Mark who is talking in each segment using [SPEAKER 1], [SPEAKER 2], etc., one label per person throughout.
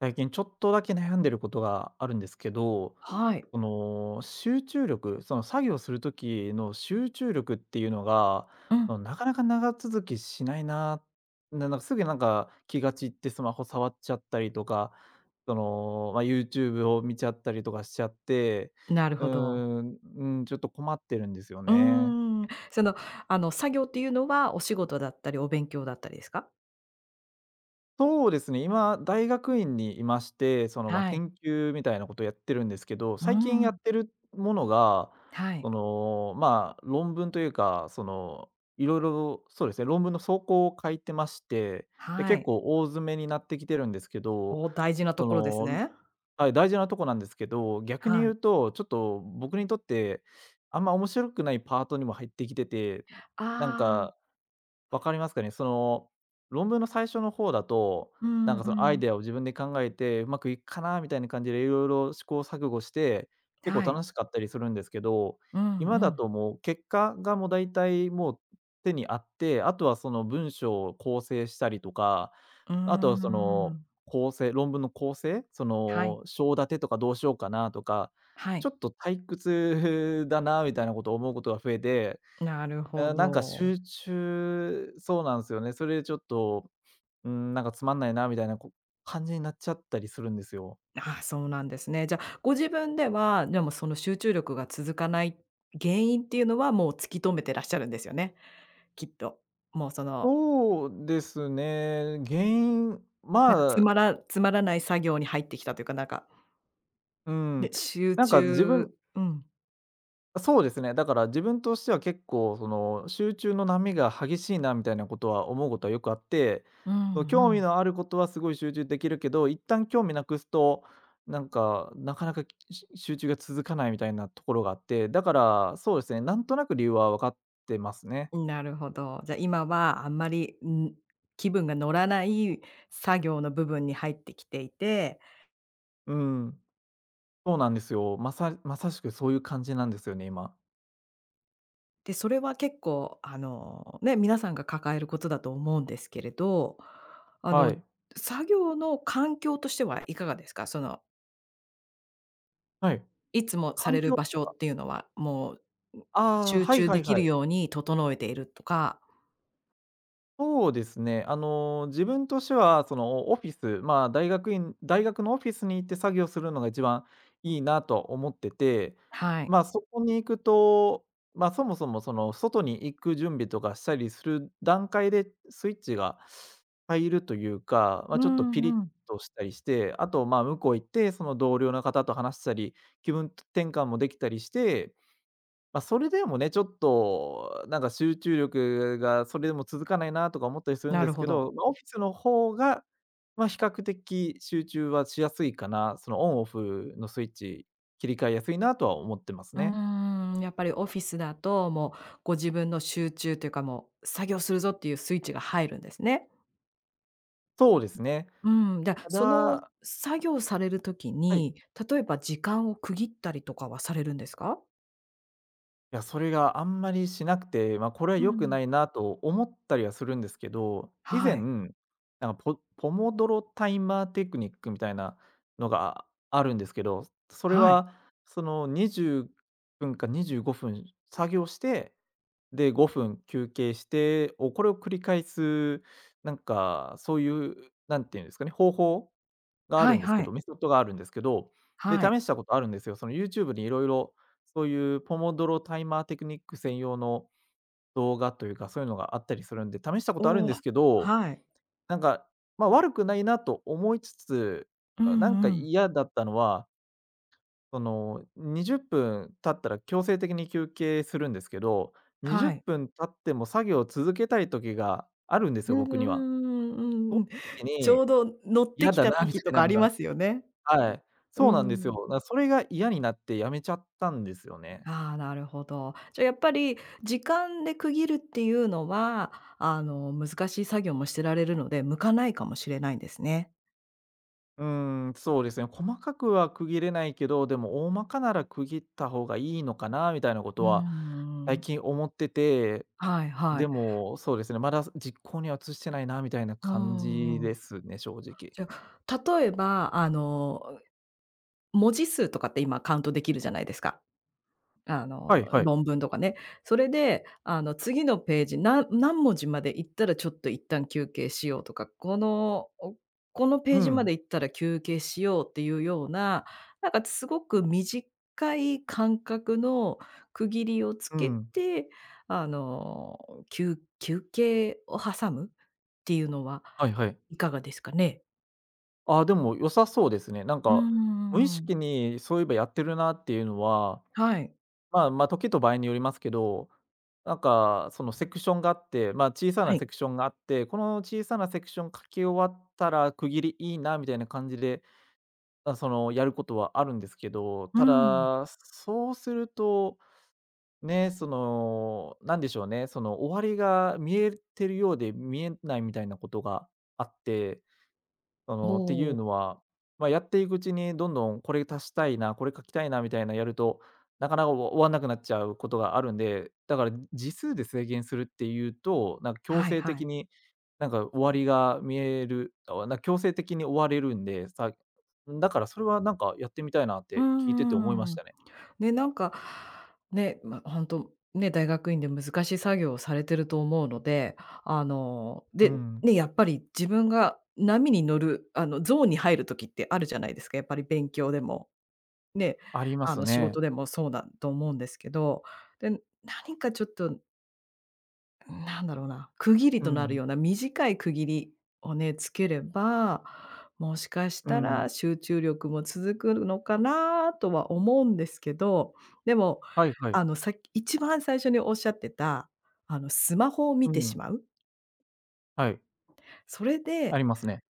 [SPEAKER 1] 最近ちょっとだけ悩んでることがあるんですけど、
[SPEAKER 2] はい。
[SPEAKER 1] その集中力、その作業する時の集中力っていうのが、
[SPEAKER 2] うん、
[SPEAKER 1] そのなかなか長続きしないな、なんかすぐなんか気が散ってスマホ触っちゃったりとか、その、まあ、YouTube を見ちゃったりとかしちゃって、
[SPEAKER 2] なるほど。
[SPEAKER 1] うん、ちょっと困ってるんですよ
[SPEAKER 2] う
[SPEAKER 1] ね。
[SPEAKER 2] ーん。作業っていうのはお仕事だったり、お勉強だったりですか？
[SPEAKER 1] そうですね、今、大学院にいまして、その、ま、
[SPEAKER 2] はい。
[SPEAKER 1] 研究みたいなことをやってるんですけど、
[SPEAKER 2] うー
[SPEAKER 1] 最近や
[SPEAKER 2] ん。
[SPEAKER 1] ってるものが、
[SPEAKER 2] は
[SPEAKER 1] そ
[SPEAKER 2] い。
[SPEAKER 1] の、まあ、論文というか、その、いろいろそうですね、論文の草稿を書いてまして、で、
[SPEAKER 2] は
[SPEAKER 1] 結
[SPEAKER 2] い。
[SPEAKER 1] 構大詰めになってきてるんですけど、
[SPEAKER 2] 大事なと
[SPEAKER 1] そ
[SPEAKER 2] ころです
[SPEAKER 1] の
[SPEAKER 2] ね。
[SPEAKER 1] はい、大事なとこなんですけど、逆に
[SPEAKER 2] は
[SPEAKER 1] 言う
[SPEAKER 2] い。
[SPEAKER 1] と、ちょっと僕にとって、あんま面白くないパートにも入ってきてて、なん
[SPEAKER 2] ああ、
[SPEAKER 1] かわかりますかね？その、論文の最初の方だと、
[SPEAKER 2] う
[SPEAKER 1] なん
[SPEAKER 2] ん
[SPEAKER 1] かそのア
[SPEAKER 2] う
[SPEAKER 1] イ
[SPEAKER 2] ん。
[SPEAKER 1] デアを自分で考えて、うまくいくかなみたいな感じでいろいろ試行錯誤して、結構
[SPEAKER 2] はい。
[SPEAKER 1] 楽しかったりするんですけど、
[SPEAKER 2] うん
[SPEAKER 1] 今
[SPEAKER 2] う
[SPEAKER 1] だ
[SPEAKER 2] ん。
[SPEAKER 1] ともう結果がもう大体もう手にあって、あとはその文章を構成したりとか、
[SPEAKER 2] う
[SPEAKER 1] あとは
[SPEAKER 2] ー
[SPEAKER 1] その
[SPEAKER 2] ん。
[SPEAKER 1] 論文の構成、そ
[SPEAKER 2] はい。
[SPEAKER 1] の章立てとかどうしようかなとか、
[SPEAKER 2] は
[SPEAKER 1] ちょ
[SPEAKER 2] い。
[SPEAKER 1] っと退屈だなみたいなことを思うことが増えて。
[SPEAKER 2] なるほ
[SPEAKER 1] うん、なんか
[SPEAKER 2] ど。
[SPEAKER 1] そうなんですよね。それでちょっと、うん、なんかつまんないなみたいな、感じになっちゃったりするんですよ。
[SPEAKER 2] ああ、そうなんですね。じゃあ、ご自分では、でもその集中力が続かない原因っていうのは、もう突き止めてらっしゃるんですよね、きっと。もうその
[SPEAKER 1] そうですね。原因、
[SPEAKER 2] なんか
[SPEAKER 1] まあ、
[SPEAKER 2] つまらない作業に入ってきたというか、なんか、
[SPEAKER 1] う
[SPEAKER 2] ね、
[SPEAKER 1] ん、
[SPEAKER 2] 集
[SPEAKER 1] なんか
[SPEAKER 2] 中うん、
[SPEAKER 1] そうですね。だから自分としては結構その集中の波が激しいなみたいなことは思うことはよくあって、
[SPEAKER 2] う
[SPEAKER 1] その興味
[SPEAKER 2] ん
[SPEAKER 1] のあることはすごい集中できるけど、一旦興味なくすと、なんか、なかなか集中が続かないみたいなところがあって、だからそうですね、なんとなく理由は分かってますね。
[SPEAKER 2] うん。なるほど。じゃ、今はあんまり、気分が乗らない作業の部分に入ってきていて、
[SPEAKER 1] うん、そうなんですよ。まさしくそういう感じなんですよね、今。
[SPEAKER 2] で、それは結構ね、皆さんが抱えることだと思うんですけれど、あの、
[SPEAKER 1] はい。
[SPEAKER 2] 作業の環境としてはいかがですか？その、
[SPEAKER 1] はい。
[SPEAKER 2] いつもさ
[SPEAKER 1] 環
[SPEAKER 2] れる
[SPEAKER 1] 境。
[SPEAKER 2] 場所っていうのは、もう、
[SPEAKER 1] ああ、
[SPEAKER 2] 集
[SPEAKER 1] はい
[SPEAKER 2] 中
[SPEAKER 1] は
[SPEAKER 2] で
[SPEAKER 1] い
[SPEAKER 2] き
[SPEAKER 1] は
[SPEAKER 2] る
[SPEAKER 1] い。
[SPEAKER 2] ように整えているとか
[SPEAKER 1] そうですね。あの、自分としては、その、オフィス、まあ、大学院大学のオフィスに行って作業するのが一番いいなと思ってて、
[SPEAKER 2] はい。
[SPEAKER 1] まあ、そこに行くと、まあ、そもそも、その、外に行く準備とかしたりする段階でスイッチが入るというか、まあ、
[SPEAKER 2] う
[SPEAKER 1] ちょっと
[SPEAKER 2] ん
[SPEAKER 1] ピリッ
[SPEAKER 2] うん。
[SPEAKER 1] としたりして、あと、まあ、向こう行って、その、同僚の方と話したり、気分転換もできたりして、まあ、それでもね、ちょっとなんか集中力がそれでも続かないなとか思ったりするん
[SPEAKER 2] な
[SPEAKER 1] で
[SPEAKER 2] る
[SPEAKER 1] す
[SPEAKER 2] ほ
[SPEAKER 1] け
[SPEAKER 2] ど。
[SPEAKER 1] ど、まあ、オフィスの方が、まあ、比較的集中はしやすいかな、そのオンオフのスイッチ切り替えやすいなとは思ってます
[SPEAKER 2] う
[SPEAKER 1] ね。
[SPEAKER 2] ーん、やっぱりオフィスだと、もうご自分の集中というか、もう作業するぞっていうスイッチが入るんですね。
[SPEAKER 1] そうですね。
[SPEAKER 2] うん、じゃ、
[SPEAKER 1] た
[SPEAKER 2] その
[SPEAKER 1] だ。
[SPEAKER 2] 作業される時
[SPEAKER 1] はい。
[SPEAKER 2] に、例えば時間を区切ったりとかはされるんですか？
[SPEAKER 1] いや、それがあんまりしなくて、ま、あこれは
[SPEAKER 2] う
[SPEAKER 1] 良く
[SPEAKER 2] ん。
[SPEAKER 1] ないなと思ったりはするんですけど、以
[SPEAKER 2] は
[SPEAKER 1] 前、な
[SPEAKER 2] い。
[SPEAKER 1] んかポモドロタイマーテクニックみたいなのがあるんですけど、それ
[SPEAKER 2] はい。
[SPEAKER 1] はその20分か25分作業して、で5分休憩してこれを繰り返す、なんかそういう、なんていうんですかね、方法があ
[SPEAKER 2] は
[SPEAKER 1] る
[SPEAKER 2] い
[SPEAKER 1] んです
[SPEAKER 2] は
[SPEAKER 1] けど、
[SPEAKER 2] い。
[SPEAKER 1] メソッドがあるんですけど、で、
[SPEAKER 2] はい。
[SPEAKER 1] 試したことあるんですよ。その YouTube にいろいろそういうポモドロタイマーテクニック専用の動画というか、そういうのがあったりするんで、試したことある
[SPEAKER 2] お
[SPEAKER 1] んで
[SPEAKER 2] お、
[SPEAKER 1] すけど、
[SPEAKER 2] はい。
[SPEAKER 1] なんか、ま、悪くないなと思いつつ、
[SPEAKER 2] う
[SPEAKER 1] あ、なんか
[SPEAKER 2] んうん。
[SPEAKER 1] 嫌だったのは、その、20分経ったら強制的に休憩するんですけど、20
[SPEAKER 2] はい。
[SPEAKER 1] 分経っても作業を続けたい時があるんです
[SPEAKER 2] う
[SPEAKER 1] よ、
[SPEAKER 2] んう
[SPEAKER 1] 僕には。
[SPEAKER 2] んうんうんうんうん。
[SPEAKER 1] 時
[SPEAKER 2] ち
[SPEAKER 1] に、
[SPEAKER 2] ょうど乗って
[SPEAKER 1] 嫌
[SPEAKER 2] き
[SPEAKER 1] だ
[SPEAKER 2] た
[SPEAKER 1] なみた
[SPEAKER 2] 時と
[SPEAKER 1] いな
[SPEAKER 2] かあ
[SPEAKER 1] の
[SPEAKER 2] り
[SPEAKER 1] が。
[SPEAKER 2] ますよね。
[SPEAKER 1] はい、
[SPEAKER 2] う
[SPEAKER 1] そうなんです
[SPEAKER 2] ん。
[SPEAKER 1] よ。それが嫌になって辞めちゃったんですよね。
[SPEAKER 2] ああ、なるほど。じゃあやっぱり時間で区切るっていうのは、難しい作業もしてられるので、向かないかもしれないんですね。
[SPEAKER 1] うーん、そうですね。細かくは区切れないけど、でも大まかなら区切った方がいいのかなみたいなこ
[SPEAKER 2] う
[SPEAKER 1] と
[SPEAKER 2] ー
[SPEAKER 1] は最
[SPEAKER 2] ん。
[SPEAKER 1] 近思ってて、
[SPEAKER 2] はいは
[SPEAKER 1] で
[SPEAKER 2] い。
[SPEAKER 1] も、そうですね、まだ実行には移してないなみたいな
[SPEAKER 2] うー
[SPEAKER 1] 感じ
[SPEAKER 2] ん。
[SPEAKER 1] ですね、正直。
[SPEAKER 2] じゃあ、例えば、文字数とかって今カウントできるじゃないですか。
[SPEAKER 1] はいはい。
[SPEAKER 2] 論文とかね。それで、次のページ、何文字まで行ったらちょっと一旦休憩しようとか、このペ
[SPEAKER 1] う
[SPEAKER 2] ージま
[SPEAKER 1] ん、
[SPEAKER 2] で行ったら休憩しようっていうような、なんかすごく短い間隔の区切りをつ
[SPEAKER 1] う
[SPEAKER 2] け
[SPEAKER 1] ん。
[SPEAKER 2] て、休憩を挟むっていうのは
[SPEAKER 1] はいはい。
[SPEAKER 2] いかがですかね？
[SPEAKER 1] ああ、でも良さそうですね。なん
[SPEAKER 2] うー
[SPEAKER 1] か、無意
[SPEAKER 2] ん。
[SPEAKER 1] 識にそういえばやってるなっていうのは、
[SPEAKER 2] はい。
[SPEAKER 1] まあまあ、時と場合によりますけど、なんかそのセクションがあって、まあ、小さ
[SPEAKER 2] は
[SPEAKER 1] な
[SPEAKER 2] い。
[SPEAKER 1] セクションがあって、この小さなセクション書き終わったら区切りいいなみたいな感じで、あ、そのやることはあるんですけど、
[SPEAKER 2] うー
[SPEAKER 1] た
[SPEAKER 2] ん。
[SPEAKER 1] だ、そうすると、ね、その、なんでしょうね、その終わりが見えてるようで見えないみたいなことがあって。そ
[SPEAKER 2] お
[SPEAKER 1] の、ってい
[SPEAKER 2] お。
[SPEAKER 1] うのは、まあ、やっていくうちにどんどんこれ足したいな、これ書きたいなみたいなやると、なかなか終わんなくなっちゃうことがあるんで、だから字数で制限するっていうと、なんか強
[SPEAKER 2] はい
[SPEAKER 1] 制
[SPEAKER 2] は
[SPEAKER 1] 的
[SPEAKER 2] い
[SPEAKER 1] に、なんか終わりが見える、あ、なんか強制的に終われるんで、だからそれはなんかやってみたいなっ
[SPEAKER 2] うん
[SPEAKER 1] て聞いてて思いま
[SPEAKER 2] おおはいはいうんうんう
[SPEAKER 1] し
[SPEAKER 2] ん。
[SPEAKER 1] たね。
[SPEAKER 2] ね、なんか、ね、まあ、ね、大学院で難しい作業をされてると思うので、
[SPEAKER 1] う
[SPEAKER 2] で、
[SPEAKER 1] ん、
[SPEAKER 2] ね、やっぱり自分が波に乗る、ゾーンに入る時ってあるじゃないですか、やっぱり勉強でも、ね、
[SPEAKER 1] あります
[SPEAKER 2] 仕
[SPEAKER 1] ね。
[SPEAKER 2] 事でもそうだと思うんですけど、で、何かちょっとなんだろうな、区切り
[SPEAKER 1] う
[SPEAKER 2] となる
[SPEAKER 1] ん、
[SPEAKER 2] ような短い区切りをね、つければ、もしかし
[SPEAKER 1] う
[SPEAKER 2] たら
[SPEAKER 1] ん。
[SPEAKER 2] 集中力も続くのかなとは思うんですけど、でも、
[SPEAKER 1] はいはい。
[SPEAKER 2] さっき一番最初におっしゃってた、スマホを見
[SPEAKER 1] う
[SPEAKER 2] て
[SPEAKER 1] ん、
[SPEAKER 2] しまう。
[SPEAKER 1] はい、
[SPEAKER 2] それ
[SPEAKER 1] あ
[SPEAKER 2] で、
[SPEAKER 1] りますね。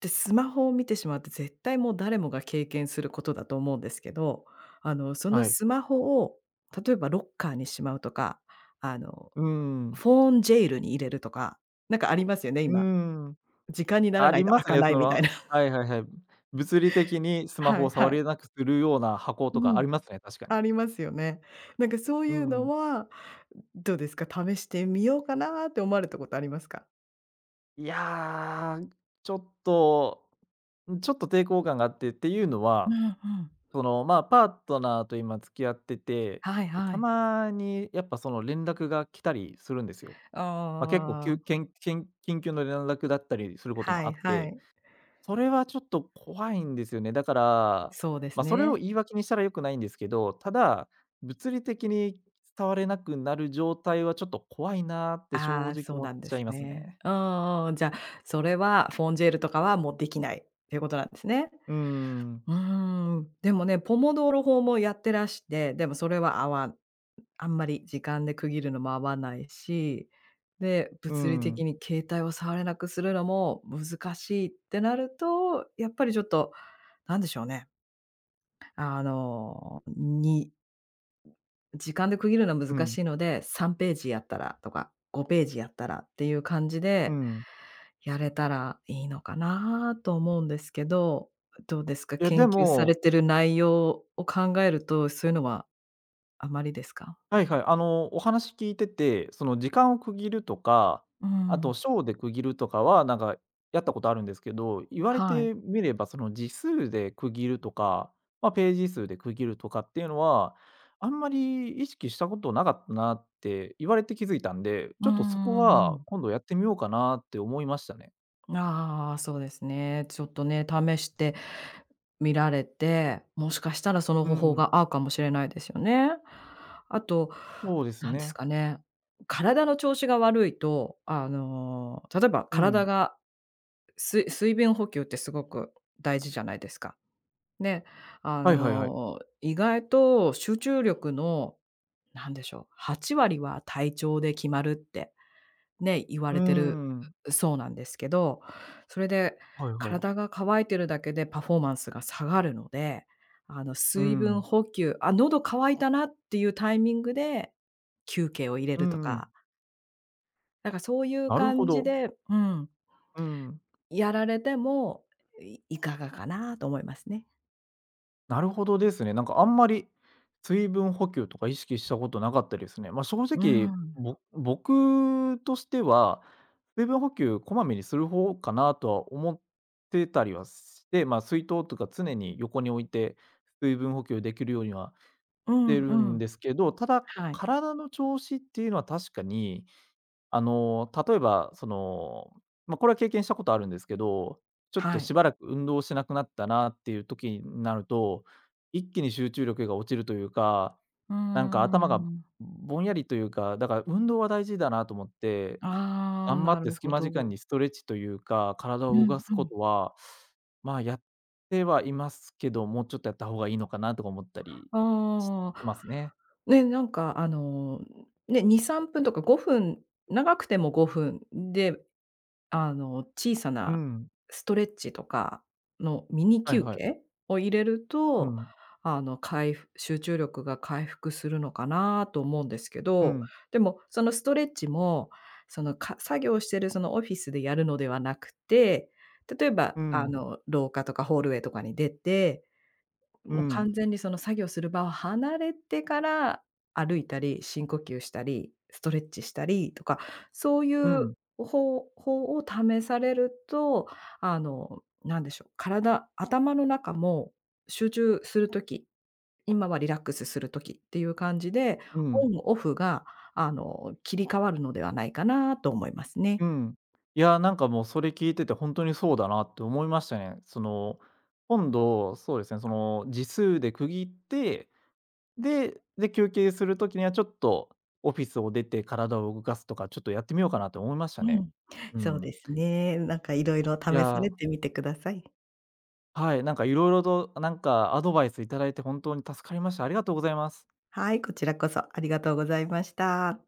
[SPEAKER 2] で、スマホを見てしまうって絶対もう誰もが経験することだと思うんですけど、その
[SPEAKER 1] はい。
[SPEAKER 2] スマホを例えばロッカーにしまうとか、あの、
[SPEAKER 1] うん、
[SPEAKER 2] フォンジェイルに入れるとか、なんかありますよね、
[SPEAKER 1] う
[SPEAKER 2] 今。
[SPEAKER 1] ん。
[SPEAKER 2] 時間になら
[SPEAKER 1] あ
[SPEAKER 2] な
[SPEAKER 1] り
[SPEAKER 2] いと
[SPEAKER 1] ま
[SPEAKER 2] 開
[SPEAKER 1] す
[SPEAKER 2] か
[SPEAKER 1] ね、
[SPEAKER 2] な
[SPEAKER 1] そ
[SPEAKER 2] いみたい
[SPEAKER 1] の、
[SPEAKER 2] な。
[SPEAKER 1] はいはいはい。物理的にスマホ
[SPEAKER 2] は
[SPEAKER 1] を
[SPEAKER 2] いは
[SPEAKER 1] 触
[SPEAKER 2] い。
[SPEAKER 1] れなくするような箱
[SPEAKER 2] う
[SPEAKER 1] とかあ
[SPEAKER 2] ん、
[SPEAKER 1] りますね、確かに。
[SPEAKER 2] ありますよね。なんかそう
[SPEAKER 1] う
[SPEAKER 2] いうの
[SPEAKER 1] ん。
[SPEAKER 2] は、どうですか、試してみようかなって思われたことありますか？
[SPEAKER 1] いや、ちょっと、ちょっと抵抗感があって、っていうの
[SPEAKER 2] うん
[SPEAKER 1] は、
[SPEAKER 2] うん。
[SPEAKER 1] その、まあ、パートナーと今付き合ってて、
[SPEAKER 2] はい
[SPEAKER 1] で、
[SPEAKER 2] は
[SPEAKER 1] た
[SPEAKER 2] い。
[SPEAKER 1] まにやっぱその連絡が来たりするんですよ。まあ、結構き
[SPEAKER 2] あ
[SPEAKER 1] ゅけ
[SPEAKER 2] あ、
[SPEAKER 1] んけん緊急の連絡だったりすること
[SPEAKER 2] は
[SPEAKER 1] もあ
[SPEAKER 2] い
[SPEAKER 1] っ
[SPEAKER 2] は
[SPEAKER 1] て、
[SPEAKER 2] い。
[SPEAKER 1] それはちょっと怖いんですよね。だから、
[SPEAKER 2] そうで
[SPEAKER 1] ま
[SPEAKER 2] す
[SPEAKER 1] あ、それを
[SPEAKER 2] ね。
[SPEAKER 1] 言い訳にしたら良くないんですけど、ただ、物理的に伝われなくなる状態はちょっと怖いなって正
[SPEAKER 2] ああ、
[SPEAKER 1] 直
[SPEAKER 2] そう
[SPEAKER 1] 思っ
[SPEAKER 2] なんで
[SPEAKER 1] ちゃ
[SPEAKER 2] す
[SPEAKER 1] います
[SPEAKER 2] ね。
[SPEAKER 1] ね。
[SPEAKER 2] うんうん。じゃあ、それはフォンジェールとかはもうできないっていうことなんですね。
[SPEAKER 1] うーん。
[SPEAKER 2] うーん。でもね、ポモドーロ法もやってらして、でもそれはあんまり時間で区切るのも合わないし、で、
[SPEAKER 1] う
[SPEAKER 2] 物理的
[SPEAKER 1] ん。
[SPEAKER 2] に携帯を触れなくするのも難しいってなると、やっぱりちょっと、なんでしょうね、あの、に時間で区切るのは
[SPEAKER 1] う
[SPEAKER 2] 難
[SPEAKER 1] ん。
[SPEAKER 2] しいので、3ページやったらとか、5ページやったらっていう感じ
[SPEAKER 1] う
[SPEAKER 2] で
[SPEAKER 1] ん。
[SPEAKER 2] やれたらいいのかなと思うんですけど、どうですか？
[SPEAKER 1] いや、
[SPEAKER 2] 研
[SPEAKER 1] で
[SPEAKER 2] 究され
[SPEAKER 1] も
[SPEAKER 2] てる内容を考えると、そういうのはあまりですか？
[SPEAKER 1] はいはい。あの、お話聞いてて、その時間を区切るとか、
[SPEAKER 2] う
[SPEAKER 1] あと
[SPEAKER 2] ん。
[SPEAKER 1] 章で区切るとかは、なんかやったことあるんですけど、言われ
[SPEAKER 2] はい。
[SPEAKER 1] てみれば、その字数で区切るとか、まあ、ページ数で区切るとかっていうのは、あんまり意識したことなかったなって言われて気づいたんで、
[SPEAKER 2] う
[SPEAKER 1] ち
[SPEAKER 2] ん
[SPEAKER 1] ょっとそこ
[SPEAKER 2] うんう
[SPEAKER 1] は
[SPEAKER 2] ん
[SPEAKER 1] 今度やってみようかなって思いましたね。
[SPEAKER 2] ああ、そうですね。ちょっとね、試してみられて、もしかしたらその
[SPEAKER 1] う
[SPEAKER 2] 方法
[SPEAKER 1] ん、
[SPEAKER 2] が合うかもしれないですよね。あと、
[SPEAKER 1] そうです
[SPEAKER 2] なんです
[SPEAKER 1] ね。
[SPEAKER 2] かね、体の調子が悪いと、例えば
[SPEAKER 1] う
[SPEAKER 2] 体
[SPEAKER 1] ん。
[SPEAKER 2] がす水分補給ってすごく大事じゃないですか。で、
[SPEAKER 1] はいはいはい。
[SPEAKER 2] 意外と集中力の、なんでしょう、8割は体調で決まるってね、言わ
[SPEAKER 1] うー
[SPEAKER 2] れてる
[SPEAKER 1] ん。
[SPEAKER 2] そうなんですけど、それで
[SPEAKER 1] はいはい。
[SPEAKER 2] 体が乾いてるだけでパフォーマンスが下がるので、
[SPEAKER 1] う
[SPEAKER 2] 水分
[SPEAKER 1] ん。
[SPEAKER 2] 補給、あ、喉乾いたなっていうタイミングで休憩を入れ
[SPEAKER 1] う
[SPEAKER 2] ると
[SPEAKER 1] んうん。
[SPEAKER 2] か、なんかそういう
[SPEAKER 1] なるほ
[SPEAKER 2] 感じ
[SPEAKER 1] ど。
[SPEAKER 2] で、うん、
[SPEAKER 1] うん。
[SPEAKER 2] やられても、いかがかなと思いますね。
[SPEAKER 1] なるほどですね。なんかあんまり水分補給とか意識したことなかったですね。まあ、正
[SPEAKER 2] う
[SPEAKER 1] 直、
[SPEAKER 2] ん。
[SPEAKER 1] 僕としては、水分補給こまめにする方かなとは思ってたりはして、まあ、水筒とか常に横に置いて、水分補給できるようには
[SPEAKER 2] う
[SPEAKER 1] して
[SPEAKER 2] ん
[SPEAKER 1] る
[SPEAKER 2] う
[SPEAKER 1] ん
[SPEAKER 2] ん。
[SPEAKER 1] ですけど、ただ、
[SPEAKER 2] はい。
[SPEAKER 1] 体の調子っていうのは確かにあの、例えば、その、まあ、これは経験したことあるんですけど、ちょっと
[SPEAKER 2] はい。
[SPEAKER 1] しばらく運動しなくなったなっていう時になると、一気に集中力が落ちるというか、
[SPEAKER 2] うー
[SPEAKER 1] なんか頭が
[SPEAKER 2] ん。
[SPEAKER 1] ぼんやりというか、だから運動は大事だなと思って、
[SPEAKER 2] ああ、
[SPEAKER 1] 頑張
[SPEAKER 2] な
[SPEAKER 1] って
[SPEAKER 2] る
[SPEAKER 1] 隙
[SPEAKER 2] ほ
[SPEAKER 1] 間時間
[SPEAKER 2] ど。
[SPEAKER 1] にストレッチというか、体
[SPEAKER 2] う
[SPEAKER 1] を動
[SPEAKER 2] ん
[SPEAKER 1] かす
[SPEAKER 2] う
[SPEAKER 1] こ
[SPEAKER 2] ん。
[SPEAKER 1] とは、まあ、やってはいますけど、もうちょっとやった方がいいのかなとか思ったりし
[SPEAKER 2] ああ。
[SPEAKER 1] てますね。
[SPEAKER 2] ね、なんかね、2、3分とか5分、長くても5分で、小さ
[SPEAKER 1] う
[SPEAKER 2] な
[SPEAKER 1] ん。
[SPEAKER 2] ストレッチとかのミニ
[SPEAKER 1] はい
[SPEAKER 2] 休
[SPEAKER 1] はい。
[SPEAKER 2] 憩を入れる
[SPEAKER 1] う
[SPEAKER 2] と、
[SPEAKER 1] ん。
[SPEAKER 2] かいふ集中力が回復するのかなと思うんですけ
[SPEAKER 1] う
[SPEAKER 2] ど、
[SPEAKER 1] ん。
[SPEAKER 2] でもそのストレッチも、作業してるそのオフィスでやるのではなくて、例えば
[SPEAKER 1] うん。
[SPEAKER 2] 廊下とかホールウェイとかに出て、
[SPEAKER 1] う
[SPEAKER 2] もう
[SPEAKER 1] ん。
[SPEAKER 2] 完全にその作業する場を離れてから、歩いたり、深呼吸したり、ストレッチしたりとか、そうい
[SPEAKER 1] う
[SPEAKER 2] う
[SPEAKER 1] ん。
[SPEAKER 2] 方法を試されると、なんでしょう、頭の中も集中するとき今はリラックスするときっていう感じで、
[SPEAKER 1] う
[SPEAKER 2] オン
[SPEAKER 1] ん。
[SPEAKER 2] オフが、切り替わるのではないかなと思いますね。
[SPEAKER 1] うん、いや、なんかもうそれ聞いてて本当にそうだなって思いましたね。その、今度、そうですね、その時数で区切って、で、休憩する時にはちょっとオフィスを出て体を動かすとか、ちょっとやってみようかなと思いました
[SPEAKER 2] う
[SPEAKER 1] ね。
[SPEAKER 2] ん、
[SPEAKER 1] う
[SPEAKER 2] そう
[SPEAKER 1] ん。
[SPEAKER 2] ですね。なんかいろいろ
[SPEAKER 1] い
[SPEAKER 2] 試さ
[SPEAKER 1] や、
[SPEAKER 2] れてみてください。
[SPEAKER 1] はい、なんかいろいろとなんかアドバイスいただいて本当に助かりました。ありがとうございます。
[SPEAKER 2] はい、こちらこそありがとうございました。